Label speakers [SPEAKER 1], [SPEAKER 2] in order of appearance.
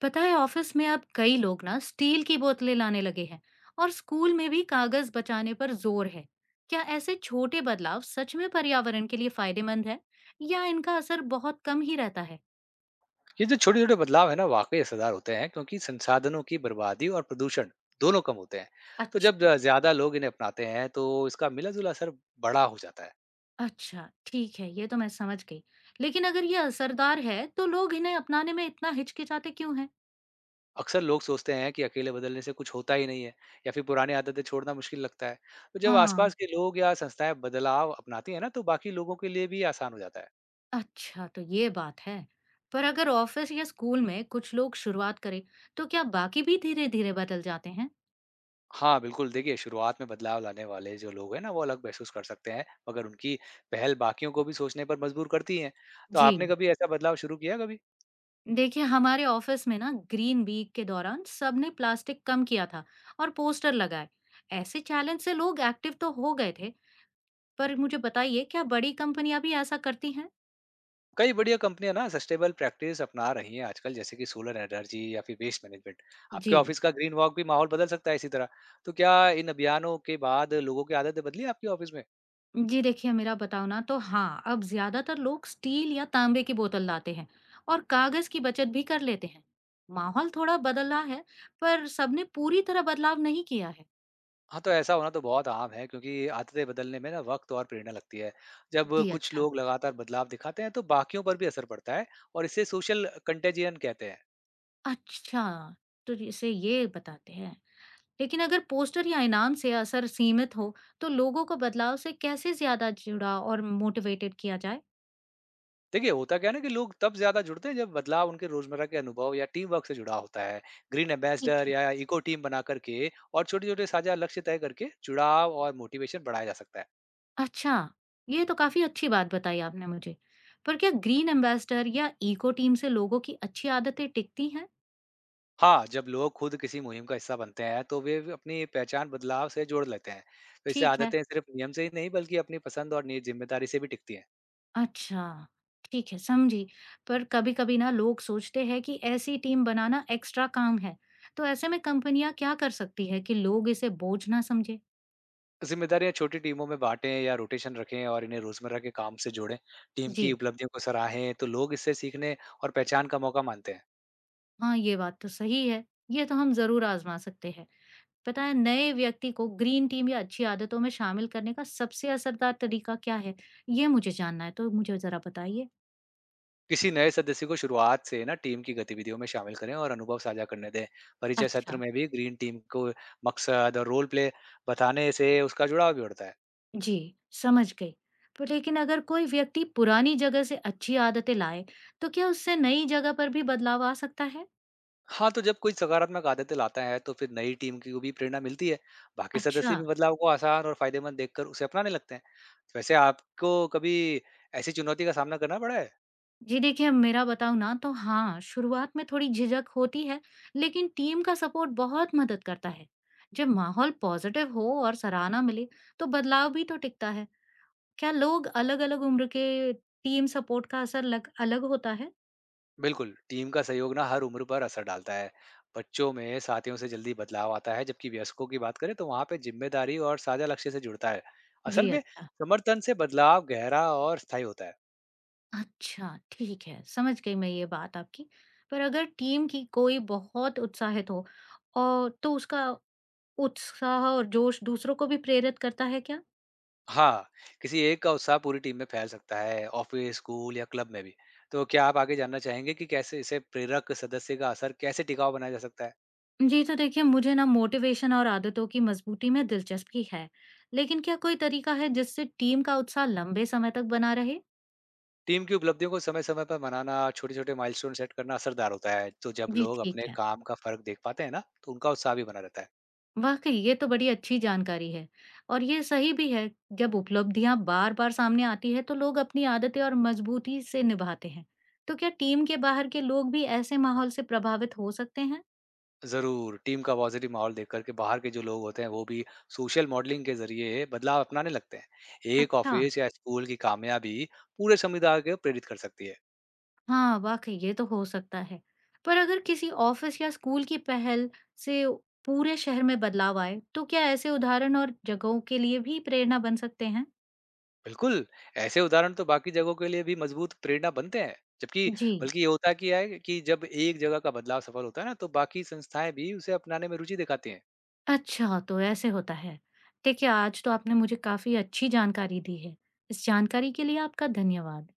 [SPEAKER 1] पता है, ऑफिस में अब कई लोग ना स्टील की बोतलें लाने लगे हैं। और स्कूल में भी कागज बचाने पर जोर है। क्या ऐसे छोटे बदलाव सच में पर्यावरण के लिए फायदेमंद है, या इनका असर बहुत कम ही रहता है?
[SPEAKER 2] ये जो छोटे छोटे बदलाव है ना वाकई असरदार होते हैं, क्योंकि संसाधनों की बर्बादी और प्रदूषण दोनों कम होते हैं। तो
[SPEAKER 1] अच्छा।
[SPEAKER 2] जब ज्यादा लोग इन्हें अपनाते हैं तो इसका मिला जुला असर बड़ा हो जाता है।
[SPEAKER 1] अच्छा, ठीक है, ये तो मैं समझ गई। लेकिन अगर ये असरदार है तो लोग इन्हें अपनाने में इतना हिचकिचाते क्यों हैं?
[SPEAKER 2] अक्सर लोग सोचते हैं कि अकेले बदलने से कुछ होता ही नहीं है या फिर पुरानी आदतें छोड़ना मुश्किल लगता है। तो जब
[SPEAKER 1] हाँ।
[SPEAKER 2] आसपास के लोग या संस्थाएं बदलाव अपनाती हैं ना तो बाकी लोगों के लिए भी आसान हो जाता है।
[SPEAKER 1] अच्छा, तो ये बात है। पर अगर ऑफिस या स्कूल में कुछ लोग शुरुआत करें, तो क्या बाकी भी धीरे धीरे बदल जाते हैं?
[SPEAKER 2] हाँ बिल्कुल, देखिए शुरुआत में बदलाव लाने वाले जो लोग हैं ना वो अलग महसूस कर सकते हैं, मगर उनकी पहल बाकियों को भी सोचने पर मजबूर करती है। तो
[SPEAKER 1] जी,
[SPEAKER 2] आपने कभी ऐसा बदलाव शुरू किया कभी?
[SPEAKER 1] देखिए, हमारे ऑफिस में ना ग्रीन वीक के दौरान सबने प्लास्टिक कम किया था और पोस्टर लगाए। ऐसे चैलेंज से लोग एक्टिव तो हो गए थे। पर मुझे बताइए, क्या बड़ी कंपनियां भी ऐसा करती हैं?
[SPEAKER 2] कई बढ़िया कंपनियां ना सस्टेनेबल प्रैक्टिस अपना रही हैं आजकल, जैसे कि सोलर एनर्जी या फिर वेस्ट मैनेजमेंट। आपके
[SPEAKER 1] जी।
[SPEAKER 2] ऑफिस का ग्रीन वॉक भी माहौल बदल सकता है इसी तरह। तो क्या इन अभियानों के बाद लोगों की आदतें बदली हैं आपके ऑफिस में?
[SPEAKER 1] जी देखिए, मेरा बताओ ना तो हाँ, अब ज्यादातर लोग स्टील या तांबे की बोतल लाते हैं और कागज की बचत भी कर लेते हैं। माहौल थोड़ा बदला है, पर सबने पूरी तरह बदलाव नहीं किया है।
[SPEAKER 2] हाँ, तो ऐसा होना तो बहुत आम है, क्योंकि आदतें बदलने में ना वक्त और प्रेरणा लगती है। जब
[SPEAKER 1] जी,
[SPEAKER 2] कुछ
[SPEAKER 1] अच्छा।
[SPEAKER 2] लोग लगातार बदलाव दिखाते हैं तो बाकियों पर भी असर पड़ता है। और इसे सोशल कंटेजियन कहते हैं।
[SPEAKER 1] अच्छा, तो जैसे ये बताते हैं। लेकिन अगर पोस्टर या इनाम से असर सीमित हो, तो लोगों को बदलाव से कैसे ज्यादा जुड़ा और मोटिवेटेड किया जाए?
[SPEAKER 2] देखिए, होता क्या है ना कि लोग तब ज़्यादा जुड़ते हैं जब बदलाव उनके रोज़मर्रा के अनुभव या टीम वर्क से जुड़ा होता है। ग्रीन
[SPEAKER 1] ठीक
[SPEAKER 2] एम्बेसडर
[SPEAKER 1] है।
[SPEAKER 2] या इको टीम बना करके और छोटे-छोटे साझा लक्ष्य तय करके जुड़ाव और मोटिवेशन बढ़ाया जा सकता है।
[SPEAKER 1] अच्छा, ये तो काफी अच्छी बात बताई आपने मुझे। पर क्या ग्रीन एम्बेसडर या इको टीम से लोगों की अच्छी आदतें टिकती हैं?
[SPEAKER 2] हाँ, जब लोग खुद किसी मुहिम का हिस्सा बनते हैं तो वे भी अपनी पहचान बदलाव से जोड़ लेते हैं। तो इससे
[SPEAKER 1] ठीक है।
[SPEAKER 2] आदतें सिर्फ नियम से ही नहीं बल्कि अपनी पसंद और नि जिम्मेदारी से भी टिकती हैं।
[SPEAKER 1] अच्छा, ठीक है, समझी। पर कभी-कभी ना लोग सोचते हैं कि ऐसी टीम बनाना एक्स्ट्रा काम है। तो ऐसे में कंपनियां क्या कर सकती है कि लोग इसे बोझ ना समझे?
[SPEAKER 2] जिम्मेदारियाँ छोटी टीमों में बाँटें या रोटेशन रखें और इन्हें रोज़मर्रा के काम से जोड़ें। टीम की
[SPEAKER 1] जी।
[SPEAKER 2] उपलब्धियों को सराहें तो लोग इससे सीखने और पहचान का मौका मानते हैं।
[SPEAKER 1] हाँ, ये बात तो सही है। ये तो हम जरूर आजमा सकते हैं। पता है, नए व्यक्ति को ग्रीन टीम या अच्छी आदतों में शामिल करने का सबसे असरदार तरीका क्या है? ये मुझे जानना है, तो मुझे ज़रा बताइए।
[SPEAKER 2] किसी नए सदस्य को शुरुआत से ना टीम की गतिविधियों में शामिल करें और अनुभव साझा करने दें। परिचय सत्र
[SPEAKER 1] अच्छा।
[SPEAKER 2] में भी ग्रीन टीम को मकसद और रोल प्ले बताने से उसका जुड़ाव भी बढ़ता है।
[SPEAKER 1] जी, समझ गई। तो लेकिन अगर कोई व्यक्ति पुरानी जगह से अच्छी आदतें लाए, तो क्या उससे नई जगह पर भी बदलाव आ सकता है?
[SPEAKER 2] हाँ, तो जब कोई सकारात्मक आदतें लाता है तो फिर नई टीम की को भी प्रेरणा मिलती है। बाकी
[SPEAKER 1] अच्छा।
[SPEAKER 2] सदस्य भी बदलाव को आसान और फायदेमंद देखकर उसे अपनाने लगते हैं। वैसे आपको कभी ऐसी चुनौती का सामना करना पड़ा है?
[SPEAKER 1] जी देखिए, मेरा बताऊँ ना तो हाँ, शुरुआत में थोड़ी झिझक होती है, लेकिन टीम का सपोर्ट बहुत मदद करता है। जब माहौल पॉजिटिव हो और सराहना मिले, तो बदलाव भी तो टिकता है। क्या लोग अलग-अलग उम्र के टीम सपोर्ट का असर लग अलग होता है?
[SPEAKER 2] बिल्कुल, टीम का सहयोग ना हर उम्र पर असर डालता है। बच्चों में साथियों से जल्दी बदलाव आता है, जबकि वयस्कों की बात करें तो वहाँ पे जिम्मेदारी और साझा लक्ष्य से जुड़ता है। असल
[SPEAKER 1] जी,
[SPEAKER 2] में
[SPEAKER 1] अच्छा।
[SPEAKER 2] समर्थन से बदलाव गहरा और स्थायी होता है।
[SPEAKER 1] अच्छा, ठीक है, समझ गई मैं ये बात आपकी। पर अगर टीम की कोई बहुत उत्साहित हो और तो उसका उत्साह और जोश दूसरों को भी प्रेरित करता है क्या?
[SPEAKER 2] हाँ, किसी एक का उत्साह पूरी टीम में फैल सकता है, ऑफिस, स्कूल या क्लब में भी। तो क्या आप आगे जानना चाहेंगे कि कैसे इसे प्रेरक सदस्य का असर कैसे टिकाऊ बनाया जा सकता है?
[SPEAKER 1] जी, तो देखिए, मुझे ना मोटिवेशन और आदतों की मजबूती में दिलचस्पी है। लेकिन क्या कोई तरीका है जिससे टीम का उत्साह लंबे समय तक बना रहे?
[SPEAKER 2] टीम की उपलब्धियों को समय-समय पर मनाना, छोटे-छोटे माइलस्टोन सेट करना असरदार होता है। तो जब
[SPEAKER 1] जी,
[SPEAKER 2] लोग अपने
[SPEAKER 1] ठीक है।
[SPEAKER 2] काम का फ़र्क देख पाते हैं ना, तो उनका उत्साह भी बना रहता है।
[SPEAKER 1] वाकई ये तो बड़ी अच्छी जानकारी है और ये सही भी है। जब उपलब्धियां बार बार सामने आती है तो लोग अपनी आदतें और मजबूती से निभाते हैं। तो क्या टीम के बाहर के लोग भी ऐसे माहौल से प्रभावित हो सकते हैं?
[SPEAKER 2] ज़रूर, टीम का पॉज़िटिव माहौल देख कर के बाहर के जो लोग होते हैं, वो भी सोशल मॉडलिंग के ज़रिए बदलाव अपनाने लगते हैं। एक
[SPEAKER 1] अच्छा।
[SPEAKER 2] ऑफ़िस या स्कूल की कामयाबी पूरे समुदाय को प्रेरित कर सकती है।
[SPEAKER 1] हाँ, वाकई ये तो हो सकता है। पर अगर किसी ऑफिस या स्कूल की पहल से पूरे शहर में बदलाव आए, तो क्या ऐसे उदाहरण और जगहों के लिए भी प्रेरणा बन सकते हैं?
[SPEAKER 2] बिल्कुल, ऐसे उदाहरण तो बाकी जगहों के लिए भी मज़बूत प्रेरणा बनते हैं। जबकि
[SPEAKER 1] जी।
[SPEAKER 2] बल्कि ये होता क्या है कि जब एक जगह का बदलाव सफल होता है ना, तो बाकी संस्थाएँ भी उसे अपनाने में रुचि दिखाती हैं।
[SPEAKER 1] अच्छा, तो ऐसे होता है। देखिए, आज तो आपने मुझे काफ़ी अच्छी जानकारी दी है। इस जानकारी के लिए आपका धन्यवाद।